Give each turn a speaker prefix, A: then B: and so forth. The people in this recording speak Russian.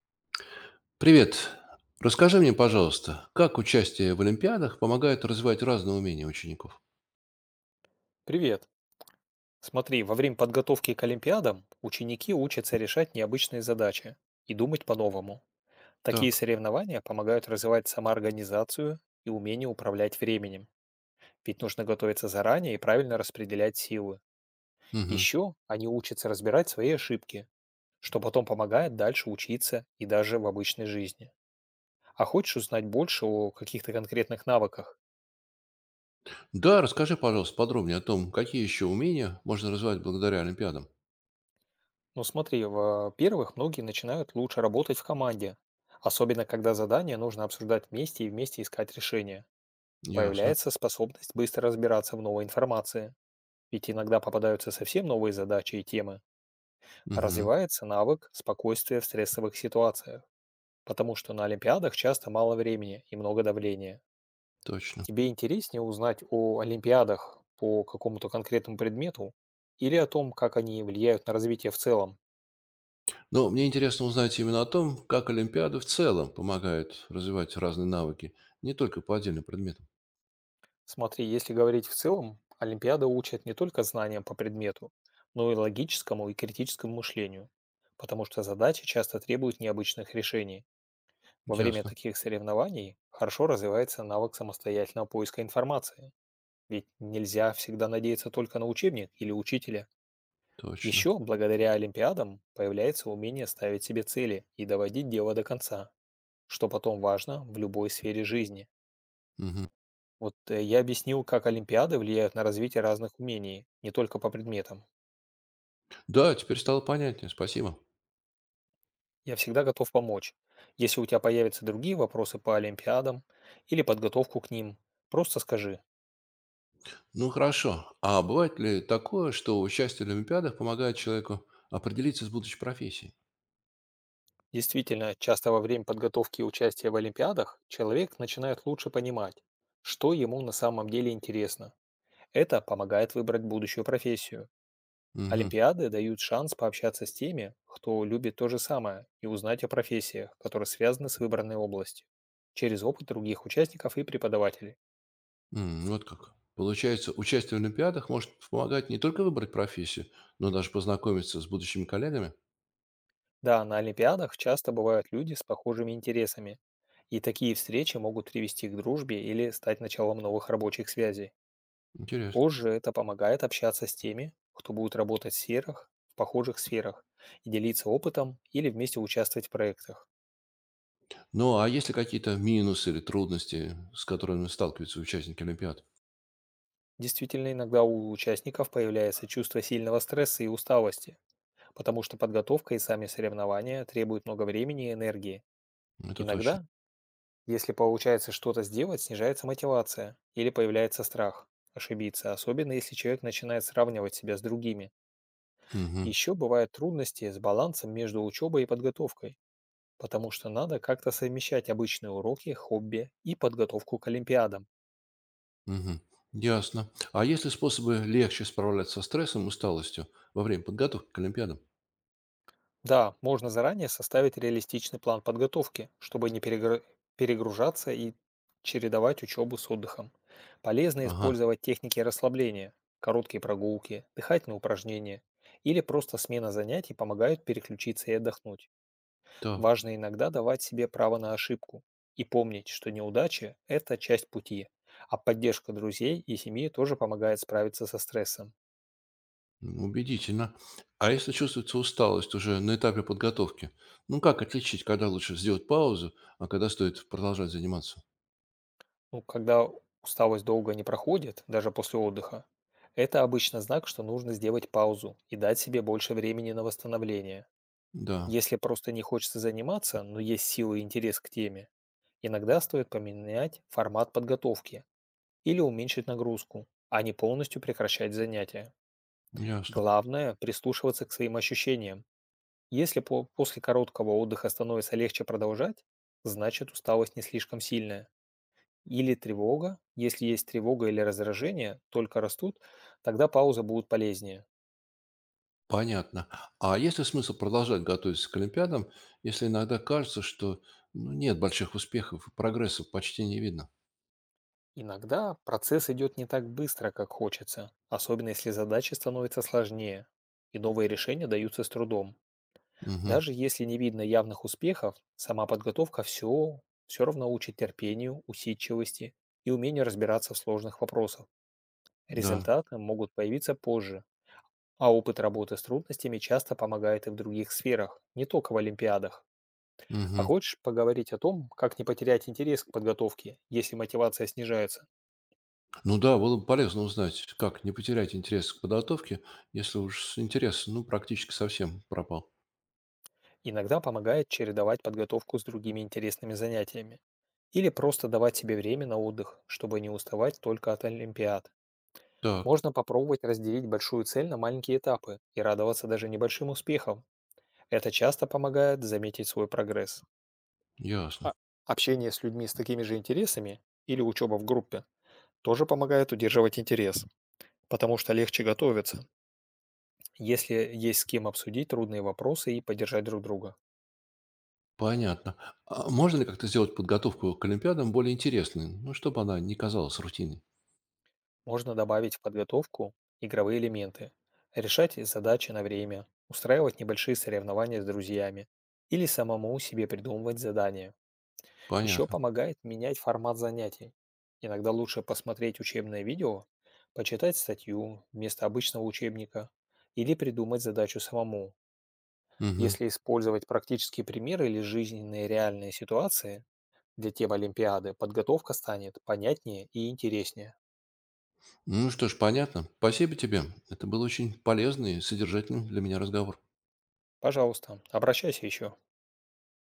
A: Привет. Расскажи мне, пожалуйста, как участие в олимпиадах помогает развивать разные умения учеников?
B: Привет. Смотри, во время подготовки к Олимпиадам ученики учатся решать необычные задачи и думать по-новому. Такие
A: Так.
B: соревнования помогают развивать самоорганизацию и умение управлять временем. Ведь нужно готовиться заранее и правильно распределять силы.
A: Мгм.
B: Еще они учатся разбирать свои ошибки, что потом помогает дальше учиться и даже в обычной жизни. А хочешь узнать больше о каких-то конкретных навыках?
A: Да, расскажи, пожалуйста, подробнее о том, какие еще умения можно развивать благодаря олимпиадам.
B: Ну смотри, во-первых, многие начинают лучше работать в команде, особенно когда задания нужно обсуждать вместе и вместе искать решения.
A: Ясно.
B: Появляется способность быстро разбираться в новой информации, ведь иногда попадаются совсем новые задачи и темы.
A: Мгм.
B: Развивается навык спокойствия в стрессовых ситуациях, потому что на Олимпиадах часто мало времени и много давления.
A: Точно.
B: Тебе интереснее узнать о Олимпиадах по какому-то конкретному предмету или о том, как они влияют на развитие в целом?
A: Но мне интересно узнать именно о том, как олимпиады в целом помогают развивать разные навыки, не только по отдельным предметам.
B: Смотри, если говорить в целом, Олимпиада учит не только знаниям по предмету, но и логическому и критическому мышлению, потому что задачи часто требуют необычных решений. Во время
A: Ясно.
B: таких соревнований хорошо развивается навык самостоятельного поиска информации, ведь нельзя всегда надеяться только на учебник или учителя.
A: Точно.
B: Еще благодаря Олимпиадам появляется умение ставить себе цели и доводить дело до конца, что потом важно в любой сфере жизни.
A: Мгм.
B: Я объяснил, как олимпиады влияют на развитие разных умений, не только по предметам.
A: Да, теперь стало понятнее. Спасибо.
B: Я всегда готов помочь. Если у тебя появятся другие вопросы по олимпиадам или подготовку к ним, просто скажи.
A: Ну хорошо. А бывает ли такое, что участие в Олимпиадах помогает человеку определиться с будущей профессией?
B: Действительно, часто во время подготовки и участия в олимпиадах человек начинает лучше понимать, что ему на самом деле интересно. Это помогает выбрать будущую профессию.
A: Мгм.
B: Олимпиады дают шанс пообщаться с теми, кто любит то же самое, и узнать о профессиях, которые связаны с выбранной областью, через опыт других участников и преподавателей.
A: М, вот как. Получается, участие в Олимпиадах может помогать не только выбрать профессию, но даже познакомиться с будущими коллегами?
B: Да, на Олимпиадах часто бывают люди с похожими интересами, и такие встречи могут привести к дружбе или стать началом новых рабочих связей.
A: Интересно.
B: Позже это помогает общаться с теми, кто будет работать в похожих сферах, и делиться опытом или вместе участвовать в проектах.
A: Ну, а есть ли какие-то минусы или трудности, с которыми сталкиваются участники Олимпиад?
B: Действительно, иногда у участников появляется чувство сильного стресса и усталости, потому что подготовка и сами соревнования требуют много времени и энергии.
A: Это точно.
B: Иногда, если получается что-то сделать, снижается мотивация или появляется страх ошибиться, особенно если человек начинает сравнивать себя с другими.
A: Мгм.
B: Еще бывают трудности с балансом между учебой и подготовкой, потому что надо как-то совмещать обычные уроки, хобби и подготовку к олимпиадам.
A: Мгм. Ясно. А есть ли способы легче справляться со стрессом и усталостью во время подготовки к Олимпиадам?
B: Да, можно заранее составить реалистичный план подготовки, чтобы не перегру- перегружаться и чередовать учебу с отдыхом. Полезно
A: Ага,
B: использовать техники расслабления, короткие прогулки, дыхательные упражнения или просто смена занятий помогают переключиться и отдохнуть.
A: так.
B: Важно иногда давать себе право на ошибку и помнить, что неудачи — это часть пути, а поддержка друзей и семьи тоже помогает справиться со стрессом.
A: Ну, убедительно. А если чувствуется усталость уже на этапе подготовки, ну как отличить, когда лучше сделать паузу, а когда стоит продолжать заниматься?
B: Ну, когда усталость долго не проходит, даже после отдыха, это обычно знак, что нужно сделать паузу и дать себе больше времени на восстановление.
A: Да,
B: Если просто не хочется заниматься, но есть силы и интерес к теме, иногда стоит поменять формат подготовки или уменьшить нагрузку, а не полностью прекращать занятия.
A: ясно.
B: Главное — прислушиваться к своим ощущениям. Если после короткого отдыха становится легче продолжать, значит усталость не слишком сильная. Или тревога. Если есть тревога или раздражение, только растут, тогда пауза будет полезнее.
A: Понятно. А есть ли смысл продолжать готовиться к Олимпиадам, если иногда кажется, что ну, нет больших успехов и прогресса почти не видно?
B: Иногда процесс идет не так быстро, как хочется, особенно если задачи становятся сложнее, и новые решения даются с трудом.
A: Угу,
B: Даже если не видно явных успехов, сама подготовка все равно учит терпению, усидчивости и умению разбираться в сложных вопросах.
A: да.
B: Результаты могут появиться позже, а опыт работы с трудностями часто помогает и в других сферах, не только в олимпиадах. А
A: Мгм.
B: хочешь поговорить о том, как не потерять интерес к подготовке, если мотивация снижается?
A: Ну да, было бы полезно узнать, как не потерять интерес к подготовке, если уж интерес, ну, практически совсем пропал.
B: Иногда помогает чередовать подготовку с другими интересными занятиями. Или просто давать себе время на отдых, чтобы не уставать только от олимпиад.
A: Так,
B: Можно попробовать разделить большую цель на маленькие этапы и радоваться даже небольшим успехам. Это часто помогает заметить свой прогресс.
A: ясно.
B: А общение с людьми с такими же интересами или учеба в группе тоже помогает удерживать интерес, потому что легче готовиться. Если есть с кем обсудить трудные вопросы и поддержать друг друга,
A: Понятно. А можно ли как-то сделать подготовку к Олимпиадам более интересной? Ну, чтобы она не казалась рутиной.
B: можно добавить в подготовку игровые элементы, решать задачи на время, устраивать небольшие соревнования с друзьями или самому себе придумывать задания. Еще
A: Понятно.
B: помогает менять формат занятий. Иногда лучше посмотреть учебное видео, почитать статью вместо обычного учебника или придумать задачу самому.
A: Мгм.
B: Если использовать практические примеры или жизненные реальные ситуации, где тема Олимпиады, подготовка станет понятнее и интереснее.
A: Ну что ж, понятно. Спасибо тебе. Это был очень полезный и содержательный для меня разговор.
B: Пожалуйста, обращайся еще.